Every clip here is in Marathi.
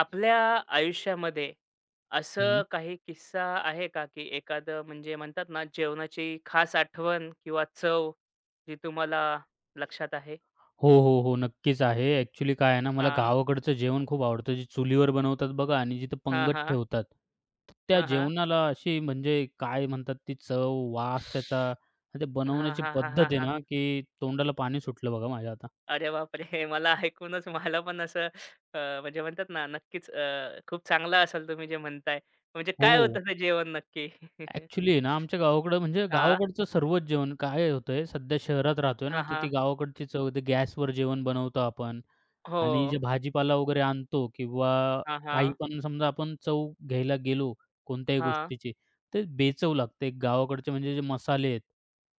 आपल्या आयुष्यामध्ये असं हं. काही किस्सा आहे का, की एखादं म्हणजे म्हणतात ना, जेवणाची खास आठवण किंवा चव जी तुम्हाला लक्षात आहे? हो, हो, हो. नक्कीच आहे. ॲक्चुअली काय आहे ना, मला हां. गावाकडचं जेवण खूप आवडतं, जे चुलीवर बनवतात बघा आणि जिथे हां, पंगत हां. ठेवतात. तर त्या हां, हां. जेवणाला अशी म्हणजे काय म्हणतात ती चव, वास त्याचा आणि ते हां, बनवण्याची हां, हां, पद्धत हां, आहे हां. ना, की तोंडाला पाणी सुटलं बघा माझ्या आता. अरे बापरे! मला ऐकूनच मला पण असं म्हणजे म्हणतात ना, नक्कीच खूप चांगला असाल तुम्ही जे म्हणताय. म्हणजे काय हो. होतं ते जेवण नक्की? ॲक्चुअली आहे ना, आमच्या गावाकडं म्हणजे हां. गावाकडचं सर्वच जेवण काय होतंय, सध्या शहरात राहतोय ना, हां, तर हां. ती गावाकडची चव ते गॅसवर जेवण बनवतो आपण हो. आणि जे भाजीपाला वगैरे आणतो किंवा हां, काही हां. पण समजा आपण चव घ्यायला गेलो कोणत्याही हां, गोष्टीची, तर बेचव लागते. गावाकडचे म्हणजे जे मसाले आहेत,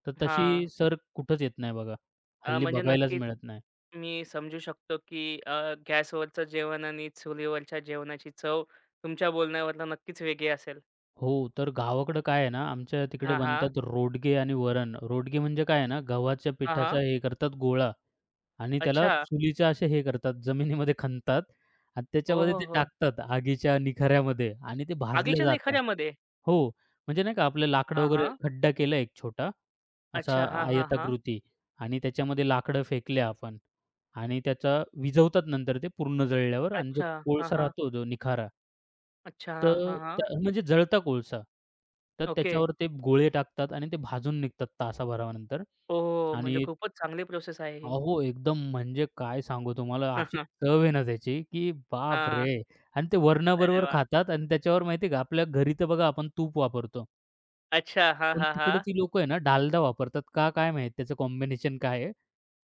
तर हां. तशी सर कुठंच येत नाही बघा. हल्ली म्हणजे बघायलाच नक्कीच मिळत नाही. मी समजू शकतो, की गॅसवरचं जेवण आणि चुलीवरच्या जेवणाची चव तुमच्या बोलण्यावरनं नक्कीच वेगळी असेल. हो, तर गावाकडं काय आहे ना, आमच्या तिकडे हां, हां. बनतात रोडगे आणि वरण. रोडगे म्हणजे काय आहे ना, गव्हाच्या हां, पिठाचा हां. हे करतात गोळा आणि त्याला अच्छा. चुलीच्या असे हे करतात, जमिनीमध्ये खणतात आणि ओ त्याच्यामध्ये हो, ते हो. टाकतात आगीच्या निखाऱ्यामध्ये आणि ते भाजलं आगीच्या जातं. निखाऱ्यामध्ये? हो, म्हणजे नाही का आपलं लाकडं हां, वगैरे हां. खड्डा केला एक छोटा, असा अच्छा. हां, हां, हां. आयताकृती आणि त्याच्यामध्ये लाकडं फेकले आपण आणि त्याचा विझवतात नंतर ते पूर्ण जळल्यावर आणि जो अच्छा. हां, कोळसा हां. राहतो जो निखारा, अच्छा. हां, हां, तर हां. त्या म्हणजे जळता कोळसा. तर ओके. त्याच्यावर ते गोळे टाकतात आणि ते भाजून निघतात तासाभरानंतर ओह! म्हणजे आणि खूपच चांगली प्रोसेस आहे ही. अहो, एकदम म्हणजे काय सांगू तुम्हाला अशी चव आहे ना त्याची, की बाप हां, हां. रे! आणि ते अरे वरणाबरोबर वाह! खातात आणि त्याच्यावर माहिती आहे का आपल्या घरी तर बघा आपण तूप वापरतो. अच्छा. हां, पण हां, तिकडे हां. ती लोकं आहे ना डालडा वापरतात. का काय माहीत त्याचं कॉम्बिनेशन काय आहे?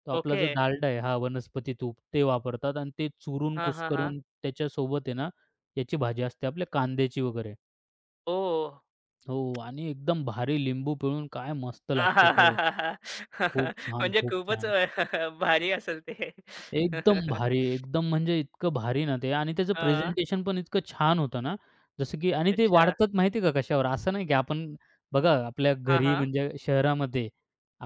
तो आपला ओके. जो डालडा आहे हा वनस्पती तूप ते वापरतात आणि ते चुरून हां, हां, हां. कुस्करून त्याच्यासोबत आहे ना, याची भाजी असते आपल्या कांद्याची वगैरे. ओह! हो आणि एकदम भारी लिंबू पिळून काय मस्त लागतं ते. आहाहाहा! खूप छान, म्हणजे खूप खूपच छान. भारी असेल ते. एकदम भारी, एकदम म्हणजे इतकं भारी ना ते आणि त्याचं हां. प्रेझेंटेशन पण इतकं छान होतं ना, जसं की आणि ते अच्छा. वाढतात माहिती आहे का कशावर? असं नाही की आपण बघा आपल्या हां, घरी हां. म्हणजे शहरामध्ये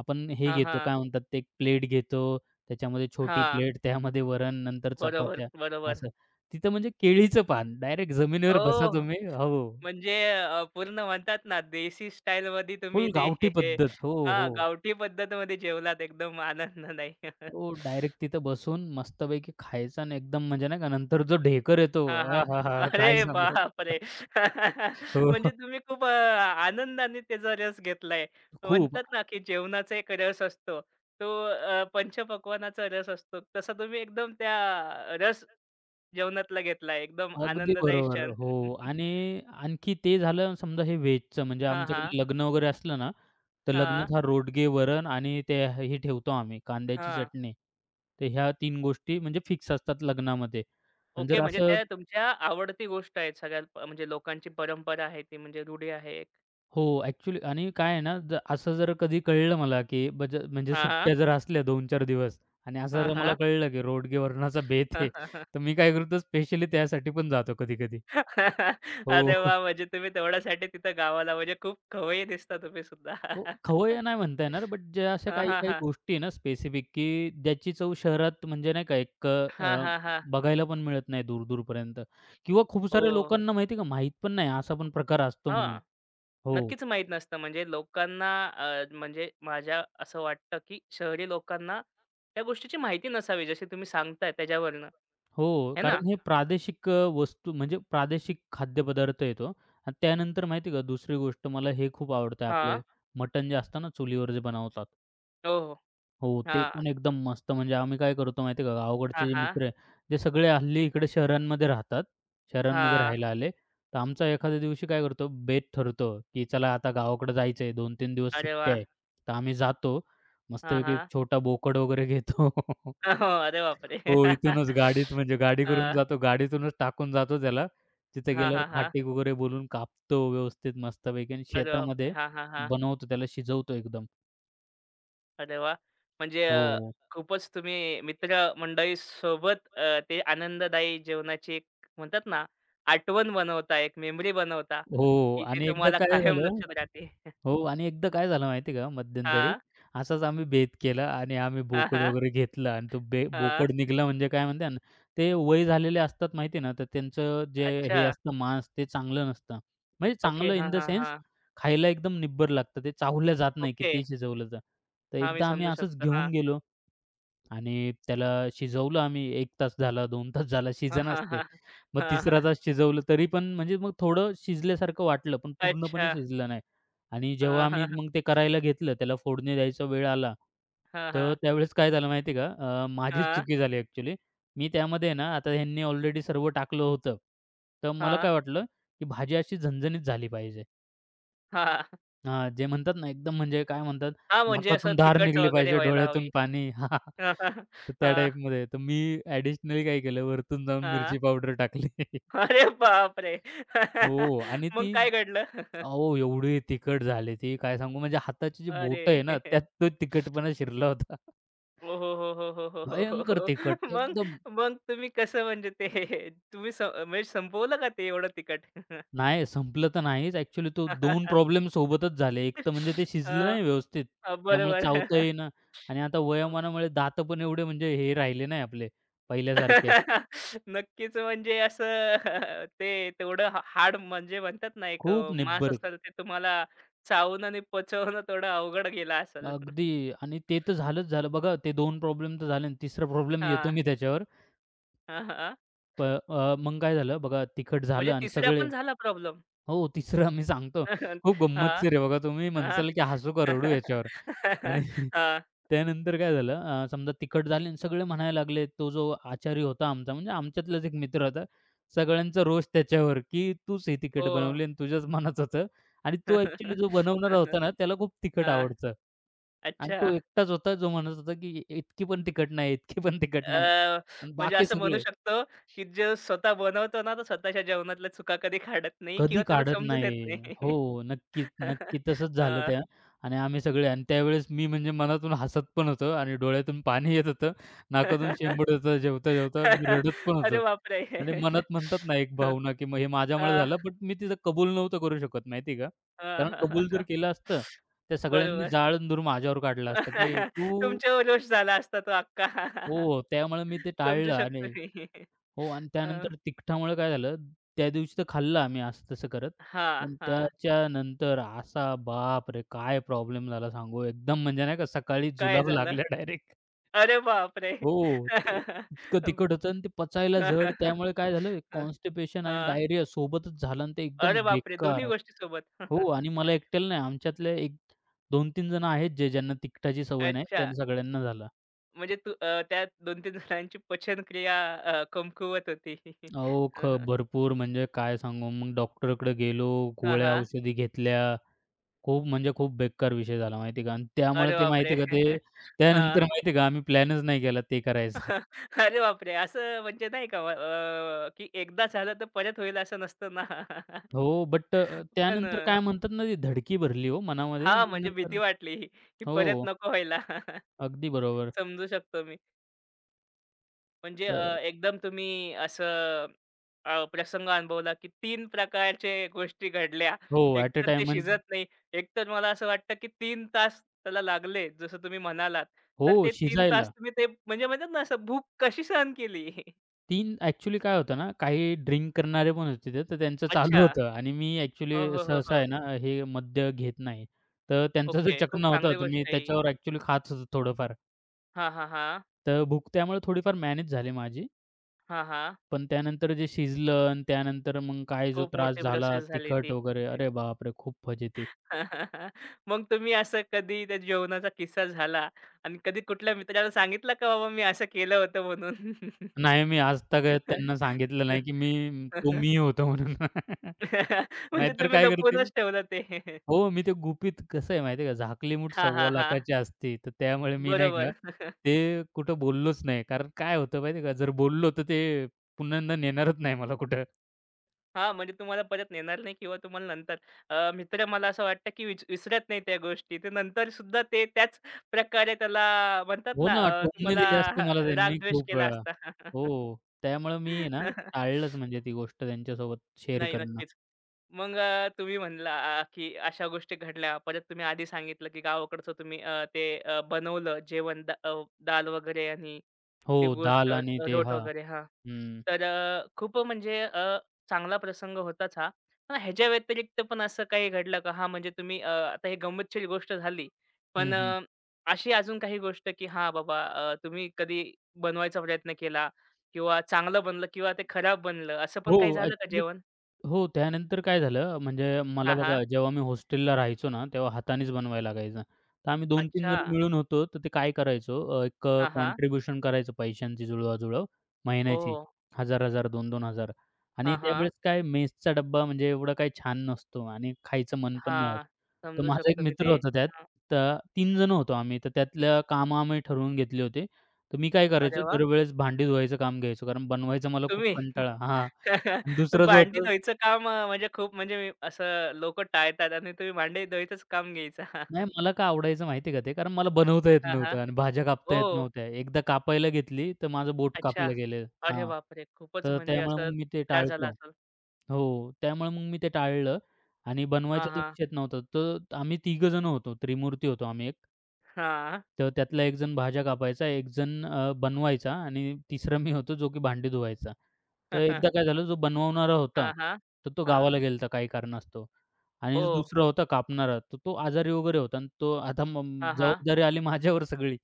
आपण हे हां, घेतो, हां. काय म्हणतात ते एक प्लेट घेतो, त्याच्यामध्ये छोटी हां. प्लेट, त्यामध्ये वरण, नंतर बरोबर, चपात्या बरोबर. असं. तिथं म्हणजे केळीचं पान, डायरेक्ट जमिनीवर बसा ओह! तुम्ही हो, म्हणजे पूर्ण म्हणतात ना देसी स्टाईलमध्ये तुम्ही फुल ते गावठी पद्धत. हो, हां, हो. गावठी पद्धतीमध्ये जेवलात एकदम आनंदाने. हो, डायरेक्ट तिथं बसून मस्तपैकी खायचं आणि एकदम म्हणजे नाही का नंतर जो ढेकर येतो, हां, हां. आहाहा! काय अरे सांगू? बापरे! म्हणजे हो. तुम्ही खूप आनंदाने त्याचा रस घेतलाय. खूप. म्हणतात ना, की जेवणाचा एक रस असतो. तो पंचपक्वान्नाचा रस असतो. तसा तुम्ही एकदम त्या रस जेवणातला घेतला एकदम अगदी आनंददायी बरोबर. क्षण. हो आणि आणखी ते झालं समजा हे व्हेजचं म्हणजे हां, हां. आमच्याकडे लग्न वगैरे असलं ना, तर हां. लग्नात हा रोडगे वरण आणि ते हे ठेवतो आम्ही कांद्याची हां. चटणी. तर ह्या तीन गोष्टी म्हणजे फिक्स असतात लग्नामध्ये. आणि ओके. जर म्हणजे असं त्या तुमच्या आवडती गोष्ट आहे सगळ्यात प म्हणजे लोकांची परंपरा आहे ती म्हणजे रूढी आहे एक. हो, ॲक्चुअली आणि काय आहे ना, जर असं जर कधी कळलं मला, की म्हणजे हां, हां. सुट्ट्या जर असल्या 2-4 दिवस आणि असं हां, जर मला हां. कळलं, की रोडगे वरणाचा बेत आहे, तर मी काय करतो स्पेशली त्यासाठी पण जातो कधी-कधी. अरे हो. वाह! म्हणजे तुम्ही तेवढ्यासाठी तिथं गावाला म्हणजे खूप खवय्ये दिसता तुम्ही सुद्धा. हो, खवय्ये नाही म्हणता येणार, बट ज्या अशा हां, काही हां, काही हां. गोष्टी आहे ना स्पेसिफिक, की ज्याची चव शहरात म्हणजे नाही का हां, हां, हां. बघायला पण मिळत नाही दूर-दूरपर्यंत किंवा खूप साऱ्या ओह! लोकांना माहिती आहे का, माहीत पण नाही असा पण प्रकार असतो म्हणून. हां. हो. नक्कीच माहीत नसतं म्हणजे लोकांना म्हणजे माझ्या असं वाटतं, की शहरी लोकांना त्या गोष्टीची माहिती नसावी जशी तुम्ही सांगताय त्याच्यावरनं. हो, है ना? कारण हे प्रादेशिक वस्तू म्हणजे प्रादेशिक खाद्यपदार्थ आहे तो आणि त्यानंतर माहिती आहे का दुसरी गोष्ट मला हे खूप आवडतं आपले हां. मटण जे असतं ना चुलीवर जे बनवतात. हो, हो. हो, ते हां. पण एकदम मस्त. म्हणजे आम्ही काय करतो माहिती आहे का, हां, गावाकडचे जे हां. मित्र आहे, ते सगळे हल्ली इकडे शहरांमध्ये राहतात. शहरांमध्ये हां. राहायला आले. तर आमचा एखाद्या दिवशी काय करतो, बेत ठरतो, की चला आता गावाकडे जायचं आहे. 2-3 दिवस अरे सुट्टी वाह! आहे. तर आम्ही जातो. हां, मस्तपैकी एक हां. छोटा बोकड वगैरे घेतो. हो. अरे बापरे! हो, इथूनच गाडीत म्हणजे गाडी करून हां. जातो. गाडीतूनच टाकून जातो त्याला. तिथे हां, गेल्यावर हां, हां. खाटीक वगैरे बोलून कापतो व्यवस्थित मस्तपैकी आणि अरे बापरे! शेतामध्ये हां, हां, हां. बनवतो त्याला, शिजवतो एकदम. अरे वाह! म्हणजे हो. खूपच तुम्ही मित्रमंडळीसोबत ते आनंददायी जेवणाची एक म्हणतात ना, आठवण बनवता, एक मेमरी बनवता, हो की ते आणि एकदा तुम्हाला काय कायम झालं लक्षात राहते. हो आणि एकदा काय झालं माहिती आहे का मध्यंतरी, हां. असाच आम्ही बेत केला आणि आम्ही हां, बोकड हां. वगैरे घेतला आणि तो हां. बोकड निघाला म्हणजे काय म्हणतात ना, ते वय झालेले असतात माहिती आहे ना, तर त्यांचं जे हे अच्छा. असतं मांस ते चांगलं नसतं. म्हणजे ओके. चांगलं इन हां, द हां, सेन्स हां. खायला एकदम निब्बर लागतं. ते चावलं जात नाही ओके. कितीही शिजवलं तर. तर हां, मी एकदा आम्ही समजू असंच शकतो. हां. घेऊन गेलो आणि त्याला शिजवलं आम्ही 1 तास झाला, 2 तास झाला हां, शिजेनाच हां, ते. हां. मग हां, हां. तिसरा तास शिजवलं तरी पण म्हणजे मग थोडं शिजल्यासारखं वाटलं, पण पूर्णपणे अच्छा. शिजलं नाही. आणि जेव्हा हां, आम्ही हां, मग ते करायला घेतलं, त्याला फोडणी द्यायचा वेळ आला, हां, तर हां. त्यावेळेस काय झालं माहिती आहे का? माझीच हां, चुकी झाली ॲक्चुअली. मी त्यामध्ये ना आता ह्यांनी ऑलरेडी सर्व टाकलं होतं. तर हां, मला हां. काय वाटलं, की भाजी अशी झणझणीत झाली पाहिजे. हां, जे म्हणतात ना, एकदम म्हणजे काय म्हणतात, हां, म्हणजे असं नाकातून धार तिखट निघली वगैरे पाहिजे, व्हायला हवी. डोळ्यातून पाणी. हां. हां, हां, तर त्या हां, टाईपमध्ये. तर मी ॲडिशनली काय केलं, वरतून जाऊन हां. मिरची पावडर टाकली. अरे बापरे! हो आणि मग ती काय घडलं? अहो, एवढी तिखट झाली ती, काय सांगू म्हणजे हाताची जी बोटं आहे अरे! ना, त्यात तो तिखटपणा शिरला होता. ओ हो, हो, हो, हो, हो, हो, हो, भयंकर हो. तिखट मग एकदम. मग तुम्ही कसं म्हणजे ते तुम्ही म्हणजे संपवलं का ते एवढं तिखट? नाही संपलं तर नाहीच. ॲक्चुअली तो दोन प्रॉब्लेम सोबतच झाले. एक तर म्हणजे ते शिजलं अ, नाही व्यवस्थित. त्यामुळे चावता बरोबर. येईना आणि आता वयोमानामुळे दात पण एवढे म्हणजे हे राहिले नाही आपले पहिल्यासारखे. नक्कीच म्हणजे असं ते तेवढं हा हाड म्हणजे म्हणतात ना एक खूप मांस निब्बर असेल ते तुम्हाला चावून आणि पचवणं थोडं अवघड गेलं असेल. अगदी आणि ते तर झालंच झालं. बघा ते 2 प्रॉब्लेम तर झाले आणि तिसरा प्रॉब्लेम येतो हां. मी त्याच्यावर. हां, हां. मग काय झालं बघा तिखट म्हणजे झालं आणि तिसऱ्या पण सगळे झाला प्रॉब्लेम. हो, तिसरं मी सांगतो. हां, खूप हां. गंमतशीर आहे बघा. तुम्ही हां. म्हणसाल की हसू का रडू याच्यावर आणि त्यानंतर काय झालं समजा तिखट झाली आणि सगळे म्हणायला लागले, तो जो आचारी होता आमचा म्हणजे आमच्यातलाच एक मित्र होता. सगळ्यांचा रोष त्याच्यावर की तूच हे तिखट हो. बनवली आणि तुझ्याच मनात होतं आणि तो ॲक्चुअली जो बनवणारा होता ना, हां. त्याला खूप तिखट आवडतं आणि अच्छा. तो एकटाच होता जो म्हणत होता की "इतकी पण तिखट नाही, इतकी पण तिखट नाही" अ, आणि म्हणजे बाकी असं म्हणू सगळे शकतो, की जो स्वतः बनवतो ना, तो स्वतःच्या जेवणातल्या चुका कधी काढत नाही किंवा कधी त्याला काढत समजून येत नाही. नाही. हो, नक्कीच, नक्की तसंच झालं हां. त्या आणि आम्ही सगळे आणि त्यावेळेस मी म्हणजे मनातून हसत पण होतो आणि डोळ्यातून पाणी येत होतं, नाकातून शेंबूड होतं, जेवता-जेवता मी रडत पण होतो अरे बापरे! आणि मनात म्हणतात ना एक हं. भावना, की मग हे माझ्यामुळे हां, झालं, बट मी तिथं कबूल नव्हतं करू शकत माहिती का? हां, कारण हां, हां, कबूल जर हां. केलं असतं, त्या सगळ्यांनी बरोबर. जाळं-धूर माझ्यावर काढलं असतं, की तू तुमच्यावर रोष झाला असता तो अख्खा. हो, हो, त्यामुळे मी ते समजू टाळलं शकतो आणि मी. हो आणि अ, त्यानंतर तिखटामुळं काय झालं, त्या दिवशी तर खाल्लं आम्ही असं तसं करत. हां, पण हां. त्याच्यानंतर असा बाप रे! काय प्रॉब्लेम झाला सांगू. एकदम म्हणजे नाही का सकाळी काय जुलाब झालं? लागल्या डायरेक्ट. अरे बापरे! हो, ते इतकं अं, तिखट होतं आणि ते पचायला जड. त्यामुळे काय झालं हं. कॉन्स्टिपेशन आणि डायरिया सोबतच झालं आणि ते एकदम अरे बापरे! दोन्ही बेकार. गोष्टी सोबत. हो आणि मला एकट्याला नाही, आमच्यातले एक 2-3 जण आहेत जे ज्यांना तिखटाची सवय नाही, अच्छा. त्यांना सगळ्यांना झाला. म्हणजे तू त्या 2-3 जणांची पचनक्रिया कमकुवत होती. अहो, भरपूर म्हणजे काय सांगू. मग डॉक्टरकडे गेलो, हां, गोळ्या हां. औषधी घेतल्या. खूप म्हणजे खूप बेकार विषय झाला माहिती आहे का आणि त्यामुळे अरे ते बापरे! माहिती आहे का ते हां. त्यानंतर माहिती आहे का आम्ही प्लॅनच नाही केला ते करायचा. अरे बापरे! असं म्हणजे नाही का की एकदा झालं तर परत होईल असं नसतं ना. हो, बट पण त्यानंतर काय म्हणतात ना, ती धडकी भरली हो मनामध्ये. हां, म्हणजे भीती नंतर वाटली की परत हो, नको व्हायला. अगदी बरोबर. समजू शकतो मी. म्हणजे अ, एकदम तुम्ही असं प्रसंग अनुभवला की तीन प्रकारचे गोष्टी घडल्या. हो, एक ॲट अ तर टाईम ते म्हणजे शिजत नाही. एक तर मला असं वाटतं की 3 तास त्याला लागले जसं तुम्ही म्हणालात. हो, तर ते 3 तास शिजायला. तुम्ही ते म्हणजे म्हणतात ना असं भूक कशी सहन केली? 3 ॲक्चुअली काय होतं ना, काही ड्रिंक करणारे पण होते तिथे, तर त्यांचं अच्छा. चालू होतं आणि मी ॲक्चुअली हो, हो, हो, सहसा हो. आहे ना, हे मद्य घेत नाही. तर त्यांचा जो ओके. खूप चकना होता, चांगली तर गोष्ट मी आहे ही. त्याच्यावर ॲक्चुअली खात होतो थोडंफार. हां, हां, हां. तर भूक त्यामुळे थोडीफार मॅनेज झाली माझी. हां, हां. पण त्यानंतर जे शिजलं आणि त्यानंतर मग काय जो खूप त्रास मोठी झाला प्रोसेस झाली तिखट ती. वगैरे, अरे बापरे! खूप फजिती. मग तुम्ही असं कधी त्या जेवणाचा किस्सा झाला आणि कधी कुठल्या मित्राला सांगितलं का बाबा मी असं केलं होतं म्हणून? नाही मी आजतक त्यांना सांगितलं नाही, की मी तो मी होतो म्हणून. म्हणजे नाहीतर तुम्ही काय करतील लपवूनच ठेवलं ते. हो, मी ते गुपित कसं आहे माहिती आहे का, झाकली मूठ हां, सव्वा हां, हां. लाखाची असते, तर त्यामुळे मी नाही का बरोबर. ते कुठं बोललोच नाही. कारण काय होतं माहिती आहे का, जर बोललो तर ते पुन्हा नेणारच नाही मला कुठं. हां, म्हणजे तुम्हाला परत नेणार नाही किंवा तुम्हाला नंतर मित्र मला असं वाटतं, की विच विसरत नाही त्या गोष्टी. ते नंतर सुद्धा ते त्याच प्रकारे त्याला म्हणतात हो ना ना, टोमणे तुम्हाला दिले असते मला त्यांनी राग-द्वेष खूप केला वेळा. असता. हो, त्यामुळे मी आहे ना टाळलंच म्हणजे ती गोष्ट त्यांच्यासोबत शेअर नाही, करणं. नक्कीच. मग तुम्ही म्हणला की अशा गोष्टी घडल्या. परत तुम्ही आधी सांगितलं, की गावाकडचं तुम्ही ते बनवलं जेवण दाल वगैरे आणि हो, ती गोष्ट दाल आणि ते रोट हां. वगैरे हां. हं. तर खूप म्हणजे चांगला प्रसंग होताच हा. पण ह्याच्या व्यतिरिक्त पण असं काही घडलं का? हां, म्हणजे तुम्ही आता हे गंमतशीर गोष्ट झाली. हं, पण हं. अशी अजून काही गोष्ट की हां, बाबा तुम्ही कधी बनवायचा प्रयत्न केला किंवा चांगलं बनलं किंवा ते खराब बनलं असं पण हो, काही झालं का ॲक्चुअली जेवण? हो, त्यानंतर काय झालं म्हणजे मला हां, हां. बघा जेव्हा मी हॉस्टेलला राहायचो ना, तेव्हा हातानेच बनवायला लागायचं. तर आम्ही 2-3 अच्छा. जण मिळून होतो. तर ते काय करायचो एक हां, हां. कॉन्ट्रिब्युशन करायचो पैशांची जुळवाजुळव महिन्याची. ओह! 1000-1000, 2-2 हजार हां, आणि हां. त्यावेळेस काय मेसचा डब्बा म्हणजे एवढा काही छान नसतो आणि खायचं मन पण नाही होत. हां. तर समजू माझा एक शकतो मी मित्र ते. होता त्यात. हां. तर 3 जण होतो आम्ही. तर त्यातल्या कामं आम्ही ठरवून घेतले होते. तर मी काय अरे करायचो वाह! दरवेळेस भांडी धुवायचं काम घ्यायचो कारण बनवायचं मला खूप तुम्ही? कंटाळा हां आणि पण दुसरा जो भांडी होता धुवायचं काम म्हणजे खूप म्हणजे मी असं लोकं टाळतात आणि तुम्ही भांडी धुवायचंच काम घ्यायचा. नाही मला का आवडायचं माहिती आहे का ते? कारण मला बनवता येत हां, हां. नव्हतं आणि भाज्या कापता हो. येत नव्हत्या. एकदा कापायला घेतली, तर माझं बोट अच्छा. कापलं गेलं. अरे हां. बापरे! खूपच तर म्हणजे त्यामुळे असं मग मी ते त्रास झाला टाळतो. असेल. हो, त्यामुळे मग मी ते टाळलं आणि हां, बनवायचा तर हां. विषयच नव्हता. तर आम्ही तिघं जण होतो, त्रिमूर्ती होतो आम्ही एक. हां. तर त्यातला एक जण भाज्या कापायचा, एक जण बनवायचा आणि तिसरा मी होतो, जो की भांडी धुवायचा. तर एकदा काय झालं, जो बनवणारा होता, हां, हां. तर तो हां. गावाला गेला होता काही कारणास्तव आणि हो. जो दुसरा होता कापणारा, तर तो आजारी वगैरे होता आणि तो आता मग हां, हां. जबाबदारी आली माझ्यावर सगळी.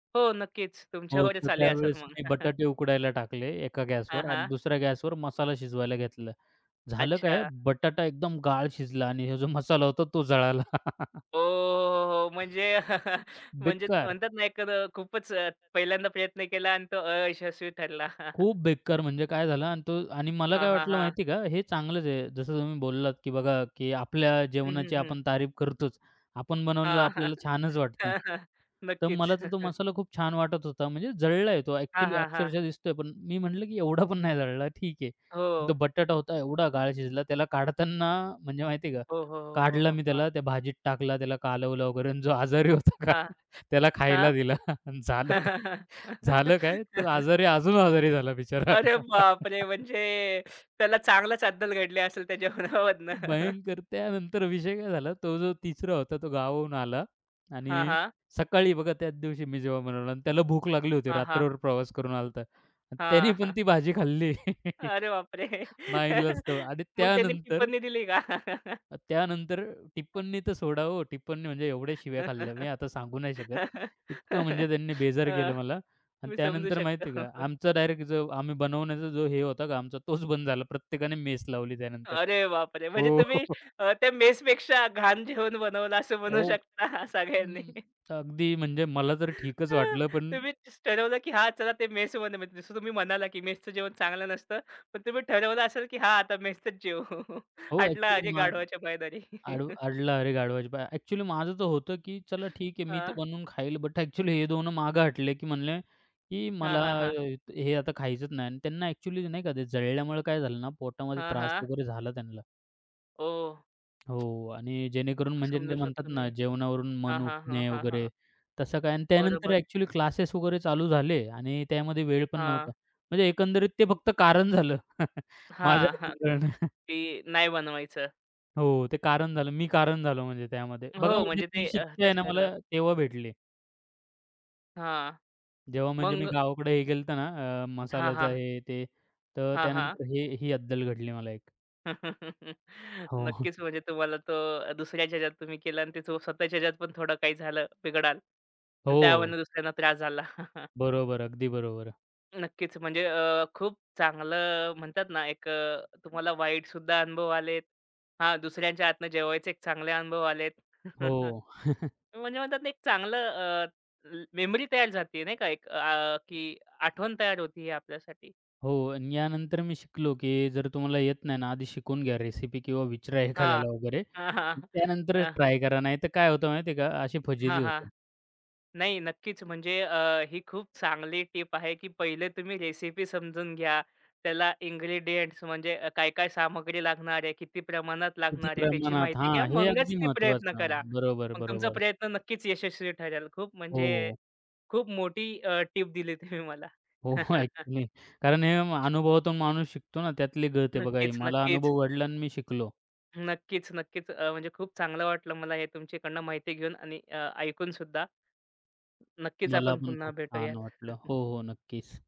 हो, नक्कीच. हो, तुमच्यावरच तर आले असेल त्यावेळेस मग. मी बटाटे उकडायला टाकले एका हां, गॅसवर आणि हां. दुसऱ्या गॅसवर मसाला शिजवायला घेतला. झालं अच्छा. काय, बटाटा एकदम गाळ शिजला आणि हा जो मसाला होता तो जळाला. हो, हो, हो. म्हणजे म्हणजे बेकार. म्हणतात ना, एक खूपच पहिल्यांदा प्रयत्न केला आणि तो अयशस्वी ठरला. खूप बेकार म्हणजे काय झालं आणि तो आणि मला हां, काय हां, वाटलं हां. माहिती का, हे चांगलंच आहे. जसं तुम्ही बोललात, की बघा, की आपल्या हं, हं, जेवणाची हं. आपण तारीफ करतोच. आपण बनवलेलं हां, हां. आपल्याला छानच वाटतं. हां, हां. तर मला नक्कीच. तर तो मसाला खूप छान वाटत होता. म्हणजे जळला आहे तो हां, ॲक्चुअली हां, हां. अक्षरशः दिसतोय. पण मी म्हटलं, की एवढा पण नाही जळला, ठीक आहे. हो. पण तो बटाटा होता एवढा गाळ शिजला. त्याला काढताना म्हणजे माहिती का, हो, हो, हो, हो, काढला हो, मी हो. त्याला, त्या भाजीत टाकला, त्याला कालवलं वगैरे आणि जो आजारी होता का हां. त्याला हां. खायला दिला. झालं झालं काय? तो आजारी अजून आजारी झाला बिचारा. अरे बापरे! म्हणजे त्याला चांगलाच अद्दल घडली असेल त्या जेवणामधनं. भयंकर. त्यानंतर विषय काय झाला, तो जो तिसरा होता तो गावाहून आला हां, आणि हां. सकाळी बघा त्याच दिवशी मी जेव्हा बनवलं आणि त्याला भूक लागली होती. हां, हां. रात्रभर प्रवास करून आला होता. त्याने हां, पण हां. ती भाजी खाल्ली. अरे बापरे! नाईलाज आणि मग त्यांनी त्यानंतर टिप्पणी दिली का? त्यानंतर टिप्पणी तर सोडा हो, टिप्पणी म्हणजे एवढ्या शिव्या खाल्ल्या मी आता सांगू नाही शकत. इतकं म्हणजे त्यांनी बेजार अ, केलं मला आणि मी समजू त्यानंतर माहिती आहे शकतो. का, आमचा डायरेक्ट जो आम्ही बनवण्याचा जो हे होता का आमचा, तोच बंद झाला. प्रत्येकाने मेस लावली त्यानंतर. अरे बापरे! म्हणजे हो. तुम्ही त्या मेसपेक्षा घाण जेवण बनवलं असं म्हणू अहो, शकता सगळ्यांनी. अं, अगदी म्हणजे मला तर ठीकच अं, वाटलं पण तुम्ही ठरवलं, की हां, चला ते मेस बनवायचं. जसं तुम्ही म्हणाला, की मेसचं जेवण चांगलं नसतं. पण तुम्ही ठरवलं असेल, की हां, आता मेसचंच जेवू. हो, हटला अजय ॲक्चुअली गाढवाच्या पायदारी. अडला अरे गाढवाची पाय. ॲक्चुअली माझं तर होतं, की चला ठीक आहे, मी तर हां. बनवून खाईल. बट ॲक्चुअली हे दोन मागं हटले, की म्हणले, की हां, मला हां, हां. अ, हे आता खायचंच नाही. आणि त्यांना ॲक्चुअली नाही का ते जळल्यामुळे काय झालं ना, पोटामध्ये हां, त्रास हां. वगैरे झाला त्यांना. ओह! हो आणि जेणेकरून म्हणजे ते समजू म्हणतात शकतो मी. ना, जेवणावरून मन हां, हां, हां, उठणे हां, हां. वगैरे तसं काय आणि त्यानंतर बरोबर. ॲक्चुअली क्लासेस वगैरे चालू झाले आणि त्यामध्ये वेळ पण हां. नव्हता. म्हणजे एकंदरीत ते फक्त कारण झालं माझ्या हां, हां. हातून की नाही बनवायचं. हो, ते कारण झालं. मी कारण झालो म्हणजे त्यामध्ये. बघा हो, म्हणजे म्हणजे ती ते शिक्षा आहे तेच ना मला ठरलं. तेव्हा भेटली. हां. जेव्हा म्हणजे मी मग गावाकडे हे गेलो ना हां, मसाल्याचं हां. हे ते, तर हां, हां. त्यानंतर हे ही अद्दल घडली मला एक. हो. नक्कीच म्हणजे तुम्हाला तो दुसऱ्याच्या ह्याच्यात तुम्ही केला आणि ते तो स्वतःच्या ह्याच्यात पण थोडं काही झालं बिघडाल आणि हो. त्यावरून दुसऱ्यांना त्रास झाला. बरोबर. अगदी बरोबर. नक्कीच म्हणजे खूप चांगलं म्हणतात ना एक तुम्हाला वाईटसुद्धा अनुभव आलेत. हां, दुसऱ्यांच्या हातनं जेवायचे एक चांगले अनुभव आलेत. हो. म्हणजे म्हणतात ना एक चांगलं ल मेमरी तयार झाते नाही का एक की आठवण तयार होती आपल्यासाठी. हो. आणि यानंतर मी शिकलो, की जर तुम्हाला येत नाही ना, आधी शिकून घ्या रेसिपी किंवा विचारा हां. एखाद्याला वगैरे. हां, हां. त्यानंतरच हां, ट्राय करा. नाहीतर काय होतं माहिती आहे का, अशी हां, फजिती हां. होते. नाही, नक्कीच. म्हणजे ही खूप चांगली टिप आहे, की पहिले तुम्ही रेसिपी समजून घ्या. त्याला इन्ग्रीडियंट्स म्हणजे काय-काय सामग्री लागणार आहे, किती प्रमाणात किती लागणार आहे, त्याची प्रमाणात माहिती घ्या. हां, हे मगच अगदी ते प्रयत्न महत्त्वाचं. करा. बरोबर, मग तुमचा बरोबर. प्रयत्न नक्कीच यशस्वी ठरेल. खूप म्हणजे हो. खूप मोठी टिप दिली तुम्ही मला. हो, हो. ॲक्चुअली कारण हे अनुभवातून माणूस शिकतो ना, त्यातली गळते बघा ही. नक्कीच, मला नक्कीच. अनुभव घडला आणि मी शिकलो. नक्कीच, नक्कीच. म्हणजे खूप चांगलं वाटलं मला हे तुमच्याकडनं माहिती घेऊन आणि ऐकूनसुद्धा. नक्कीच मला आपण पण पुन्हा खूप छान भेटूयात. वाटलं. हो, हो. नक्कीच.